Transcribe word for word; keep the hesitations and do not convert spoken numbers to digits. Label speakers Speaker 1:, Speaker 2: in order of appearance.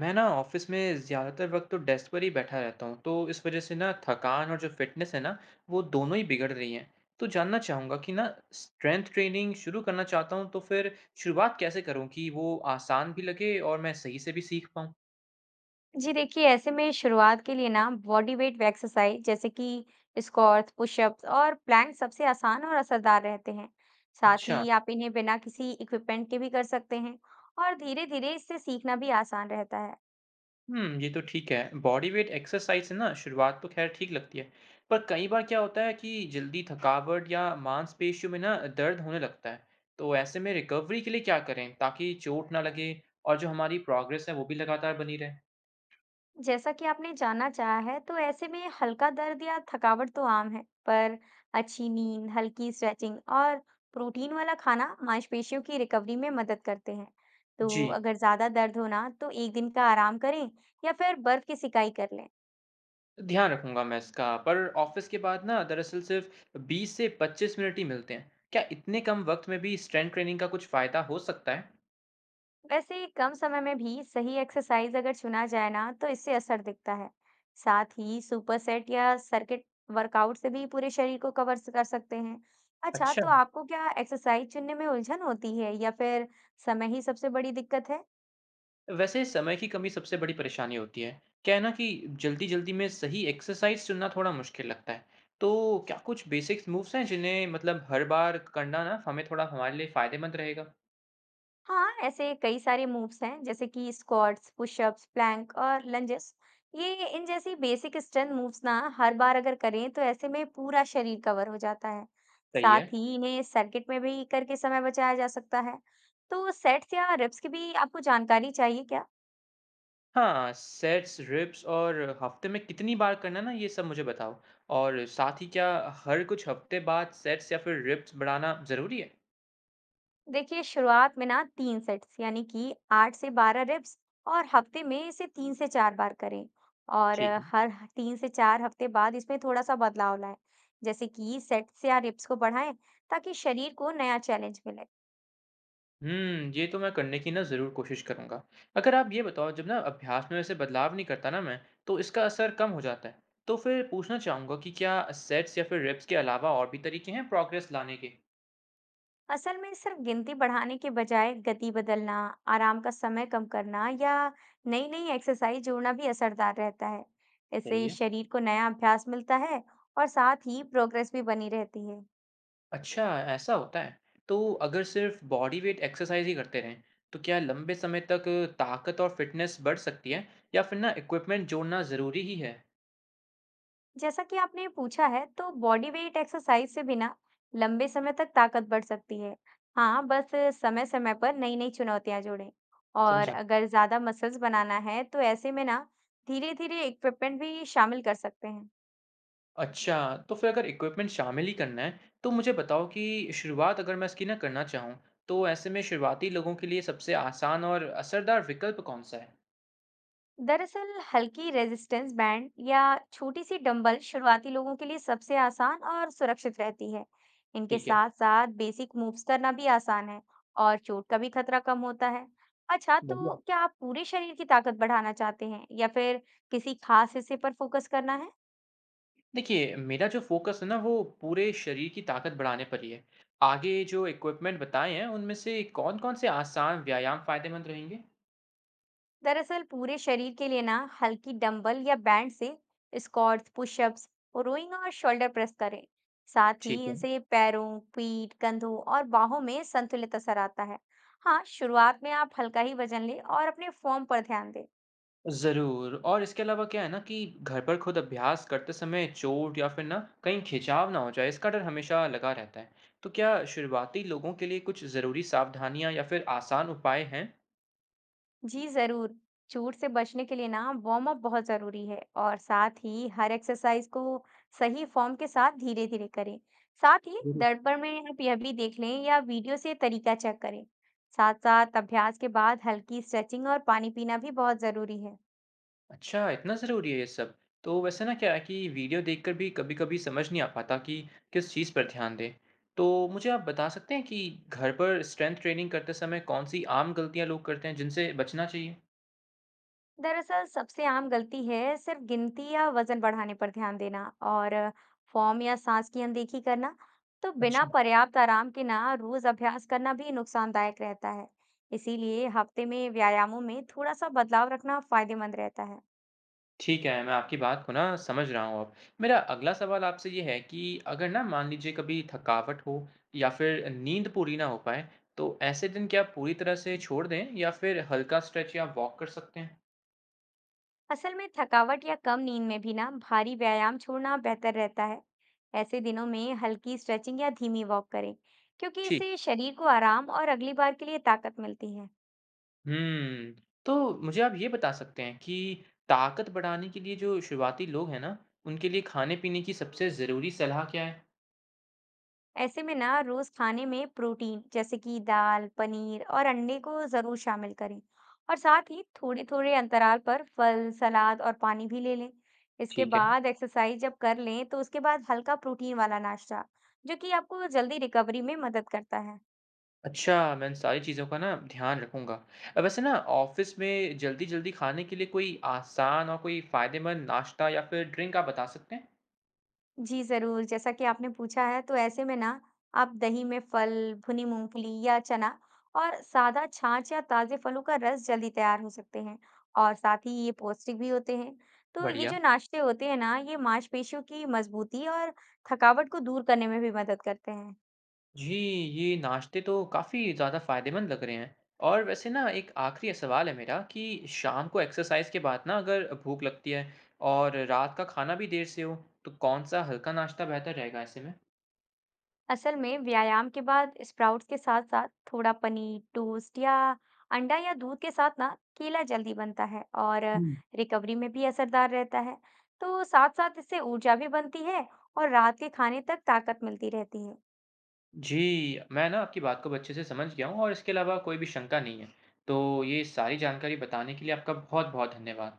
Speaker 1: मैं ना ऑफिस में ज़्यादातर वक्त तो डेस्क पर ही बैठा रहता हूँ तो इस वजह से ना थकान और जो फिटनेस है ना वो दोनों ही बिगड़ रही हैं। तो जानना चाहूँगा कि ना स्ट्रेंथ ट्रेनिंग शुरू करना चाहता हूँ तो फिर शुरुआत कैसे करूँ कि वो आसान भी लगे और मैं सही से भी सीख पाऊँ।
Speaker 2: जी देखिए ऐसे में शुरुआत के लिए ना बॉडी वेट एक्सरसाइज जैसे कि स्क्वाट्स पुशअप्स और प्लैंक सबसे आसान और असरदार रहते हैं। साथ
Speaker 1: अच्छा।
Speaker 2: ही आप इन्हें बिना किसी इक्विपमेंट के भी कर सकते हैं। और धीरे धीरे इससे सीखना भी आसान रहता है।
Speaker 1: हुँ, ये तो ठीक है। बॉडी वेट एक्सरसाइज़ से ना शुरुआत तो ख़ैर ठीक लगती है। पर कई बार क्या होता है कि जल्दी थकावट या मांसपेशियों में ना दर्द होने लगता है। तो ऐसे में रिकवरी के लिए क्या करें ताकि चोट ना लगे और जो हमारी प्रोग्रेस है वो भी लगातार बनी रहे?
Speaker 2: जैसा कि आपने जानना चाहा है, तो ऐसे में हल्का दर्द या थकावट तो आम है, पर अच्छी नींद, हल्की स्ट्रेचिंग और प्रोटीन वाला खाना मांसपेशियों की रिकवरी में मदद करते हैं। तो
Speaker 1: जी,
Speaker 2: अगर ज्यादा दर्द हो ना, तो एक दिन का आराम करें या फिर बर्फ की सिकाई कर लें।
Speaker 1: ध्यान रखूँगा मैं इसका। पर ऑफ़िस के बाद ना दरअसल सिर्फ़ बीस से पच्चीस मिनट ही मिलते हैं। क्या इतने कम वक़्त में भी स्ट्रेंथ ट्रेनिंग का कुछ फ़ायदा हो सकता है?
Speaker 2: वैसे कम समय में भी सही एक्सरसाइज अगर चुना जाए ना तो इससे असर दिखता है। साथ ही सुपर सेट या सर्किट वर्कआउट से भी पूरे शरीर को कवर कर सकते हैं। अच्छा,
Speaker 1: अच्छा।
Speaker 2: तो आपको क्या एक्सरसाइज चुनने में उलझन होती है या फिर समय ही सबसे बड़ी दिक्कत है?
Speaker 1: वैसे समय की कमी सबसे बड़ी परेशानी होती है। क्या है ना कि जल्दी-जल्दी में सही एक्सरसाइज़ चुनना थोड़ा मुश्किल लगता है। तो क्या कुछ बेसिक्स मूव्स हैं जिन्हें मतलब हर बार करना ना हमें थोड़ा हमारे लिए फ़ायदेमंद रहेगा?
Speaker 2: हाँ, ऐसे कई सारे मूव्स हैं जैसे कि स्क्वाट्स पुशअप्स प्लैंक और लंजेस। ये इन जैसी बेसिक स्ट्रेंथ मूव्स ना हर बार अगर करें तो ऐसे में पूरा शरीर कवर हो जाता है।
Speaker 1: सही
Speaker 2: साथ
Speaker 1: है।
Speaker 2: ही इन्हें सर्किट में भी करके समय बचाया जा सकता है। तो सेट्स या रिप्स की भी आपको जानकारी चाहिए क्या?
Speaker 1: हाँ, सेट्स, रिप्स और हफ्ते में कितनी बार करना ना ये सब मुझे बताओ। और साथ ही क्या हर कुछ हफ्ते बाद सेट्स या फिर रिप्स बढ़ाना ज़रूरी है?
Speaker 2: देखिए शुरुआत में ना तीन सेट्स यानी कि आठ से बारह रेप्स, और हफ्ते में इसे तीन से चार बार करें। और
Speaker 1: ठीक
Speaker 2: अ,
Speaker 1: है।
Speaker 2: हर ह- तीन से चार हफ्ते बाद इसमें थोड़ा सा बदलाव लाएं। जैसे कि सेट्स या रेप्स को बढ़ाएं ताकि शरीर को नया चैलेंज मिले।
Speaker 1: हुँ, ये तो मैं करने की ना ज़रूर कोशिश करूँगा। अगर आप ये बताओ जब ना अभ्यास में वैसे बदलाव नहीं करता ना मैं, तो इसका असर कम हो जाता है। तो फिर पूछना चाहूँगा कि क्या सेट्स या फिर रेप्स के अलावा और भी तरीके हैं प्रोग्रेस लाने के?
Speaker 2: असल में सिर्फ गिनती बढ़ाने के बजाय गति बदलना, आराम का समय कम करना या नई नई एक्सरसाइज जोड़ना भी असरदार रहता है।
Speaker 1: सही
Speaker 2: इससे
Speaker 1: है।
Speaker 2: शरीर को नया अभ्यास मिलता है और साथ ही प्रोग्रेस भी बनी रहती है।
Speaker 1: अच्छा, ऐसा होता है। तो अगर सिर्फ बॉडी वेट एक्सरसाइज ही करते रहें, तो क्या लंबे समय तक ताकत और फिटनेस बढ़ सकती है या फिर ना इक्विपमेंट जोड़ना ज़रूरी ही है?
Speaker 2: जैसा कि आपने पूछा है, तो बॉडी वेट एक्सरसाइज से बिना लंबे समय तक ताकत बढ़ सकती है। हाँ, बस समय-समय पर नई-नई चुनौतियां जोड़ें। और
Speaker 1: समझा।
Speaker 2: अगर ज्यादा मसल्स बनाना है, तो ऐसे में ना धीरे-धीरे इक्विपमेंट भी शामिल कर सकते हैं।
Speaker 1: अच्छा, तो फिर अगर इक्विपमेंट शामिल ही करना है, तो मुझे बताओ कि शुरुआत अगर मैं इसकी ना करना चाहूँ, तो ऐसे में शुरुआती लोगों के लिए सबसे आसान और असरदार विकल्प कौन-सा है?
Speaker 2: दरअसल हल्की रेजिस्टेंस बैंड या छोटी सी डंबल शुरुआती लोगों के लिए सबसे आसान और सुरक्षित रहती है। इनके
Speaker 1: ठीक है,
Speaker 2: साथ साथ बेसिक मूव्स करना भी आसान है और चोट का भी खतरा कम होता है। अच्छा,
Speaker 1: बढ़िया।
Speaker 2: तो क्या आप पूरे शरीर की ताकत बढ़ाना चाहते हैं या फिर किसी खास हिस्से पर फोकस करना है?
Speaker 1: देखिए, मेरा जो फोकस है ना वो पूरे शरीर की ताकत बढ़ाने पर ही है। आगे जो इक्विपमेंट बताए हैं, उनमें से कौन-कौन से आसान व्यायाम फ़ायदेमंद रहेंगे?
Speaker 2: दरअसल पूरे शरीर के लिए ना हल्की डंबल या बैंड से स्क्वाट्स, पुशअप्स, रोइंग और शोल्डर प्रेस करें। साथ ही
Speaker 1: ठीक है।
Speaker 2: इनसे पैरों, पीठ, कंधों और बाहों में संतुलित असर आता है। हाँ, शुरुआत में आप हल्का ही वजन लें और अपने फॉर्म पर ध्यान दें।
Speaker 1: ज़रूर। और इसके अलावा क्या है ना कि घर पर खुद अभ्यास करते समय चोट या फिर ना कहीं खिंचाव ना हो जाए इसका डर हमेशा लगा रहता है। तो क्या शुरुआती लोगों के लिए कुछ ज़रूरी सावधानियां या फिर आसान उपाय हैं?
Speaker 2: जी जरूर। चोट से बचने के लिए ना वार्म अप बहुत जरूरी है, और साथ ही हर एक्सरसाइज को सही फॉर्म के साथ धीरे धीरे करें। साथ ही
Speaker 1: जरूर।
Speaker 2: दर्पण में आप यह भी देख लें या वीडियो से तरीका चेक करें। साथ साथ अभ्यास के बाद हल्की स्ट्रेचिंग और पानी पीना भी बहुत जरूरी है।
Speaker 1: अच्छा, इतना ज़रूरी है ये सब। तो वैसे ना क्या है कि वीडियो देखकर भी कभी कभी समझ नहीं आ पाता कि किस चीज़ पर ध्यान दें, तो मुझे आप बता सकते हैं कि घर पर स्ट्रेंथ ट्रेनिंग करते समय कौन सी आम गलतियां लोग करते हैं जिनसे बचना चाहिए?
Speaker 2: दरअसल सबसे आम गलती है सिर्फ गिनती या वजन बढ़ाने पर ध्यान देना, और फॉर्म या सांस की अनदेखी करना। तो बिना
Speaker 1: अच्छा।
Speaker 2: पर्याप्त आराम के ना रोज अभ्यास करना भी नुकसानदायक रहता है। इसीलिए हफ्ते में व्यायामों में थोड़ा सा बदलाव रखना फायदेमंद रहता है।
Speaker 1: ठीक है, मैं आपकी बात को ना समझ रहा हूँ अब। मेरा अगला सवाल आपसे ये है कि अगर ना मान लीजिए कभी थकावट हो या फिर नींद पूरी ना हो पाए, तो ऐसे दिन क्या पूरी तरह से छोड़ दें या फिर हल्का स्ट्रेच या वॉक कर सकते हैं?
Speaker 2: असल में थकावट या कम नींद में भी ना भारी व्यायाम छोड़ना बेहतर रहता है। ऐसे दिनों में हल्की स्ट्रेचिंग या धीमी वॉक करें, क्योंकि
Speaker 1: ठीक।
Speaker 2: इससे शरीर को आराम और अगली बार के लिए ताकत मिलती है।
Speaker 1: हम्म, तो मुझे आप ये बता सकते हैं कि ताकत बढ़ाने के लिए जो शुरुआती लोग हैं ना, उनके लिए खाने-पीने की सबसे ज़रूरी सलाह क्या है?
Speaker 2: ऐसे में ना रोज खाने में प्रोटीन जैसे कि दाल, पनीर और अंडे को जरूर शामिल करें। और साथ ही थोड़े थोड़े अंतराल पर फल, सलाद और पानी भी ले लें। इसके
Speaker 1: ठीक है।
Speaker 2: बाद एक्सरसाइज जब कर लें तो उसके बाद हल्का प्रोटीन वाला नाश्ता, जो कि आपको जल्दी रिकवरी में मदद करता है।
Speaker 1: अच्छा, मैं इन सारी चीज़ों का ना ध्यान रखूँगा। अ, वैसे ना ऑफ़िस में जल्दी-जल्दी खाने के लिए कोई आसान और कोई फ़ायदेमंद नाश्ता या फिर ड्रिंक आप बता सकते हैं?
Speaker 2: जी, ज़रूर। जैसा कि आपने पूछा है, तो ऐसे में ना आप दही में फल, भुनी मूँगफली या चना, और सादा छाछ या ताज़े फलों का रस जल्दी तैयार हो सकते हैं, और साथ ही ये पौष्टिक भी होते हैं। तो ये
Speaker 1: बढ़िया।
Speaker 2: जो नाश्ते होते हैं ना, ये मांसपेशियों की मज़बूती और थकावट को दूर करने में भी मदद करते हैं।
Speaker 1: जी, ये नाश्ते तो काफ़ी ज़्यादा फ़ायदेमंद लग रहे हैं। और वैसे ना एक आखिरी सवाल है मेरा कि शाम को एक्सरसाइज़ के बाद ना अगर भूख लगती है और रात का खाना भी देर से हो, तो कौन-सा हल्का नाश्ता बेहतर रहेगा ऐसे
Speaker 2: असल में व्यायाम के बाद स्प्राउट्स के साथ साथ थोड़ा पनीर टोस्ट या अंडा या दूध के साथ ना केला जल्दी बनता है और
Speaker 1: में?
Speaker 2: रिकवरी में भी असरदार रहता है। तो साथ साथ इससे ऊर्जा भी बनती है और रात के खाने तक ताकत मिलती रहती है।
Speaker 1: जी, मैं ना आपकी बात को अब अच्छे से समझ गया हूँ और इसके अलावा कोई भी शंका नहीं है। तो ये सारी जानकारी बताने के लिए आपका बहुत-बहुत धन्यवाद।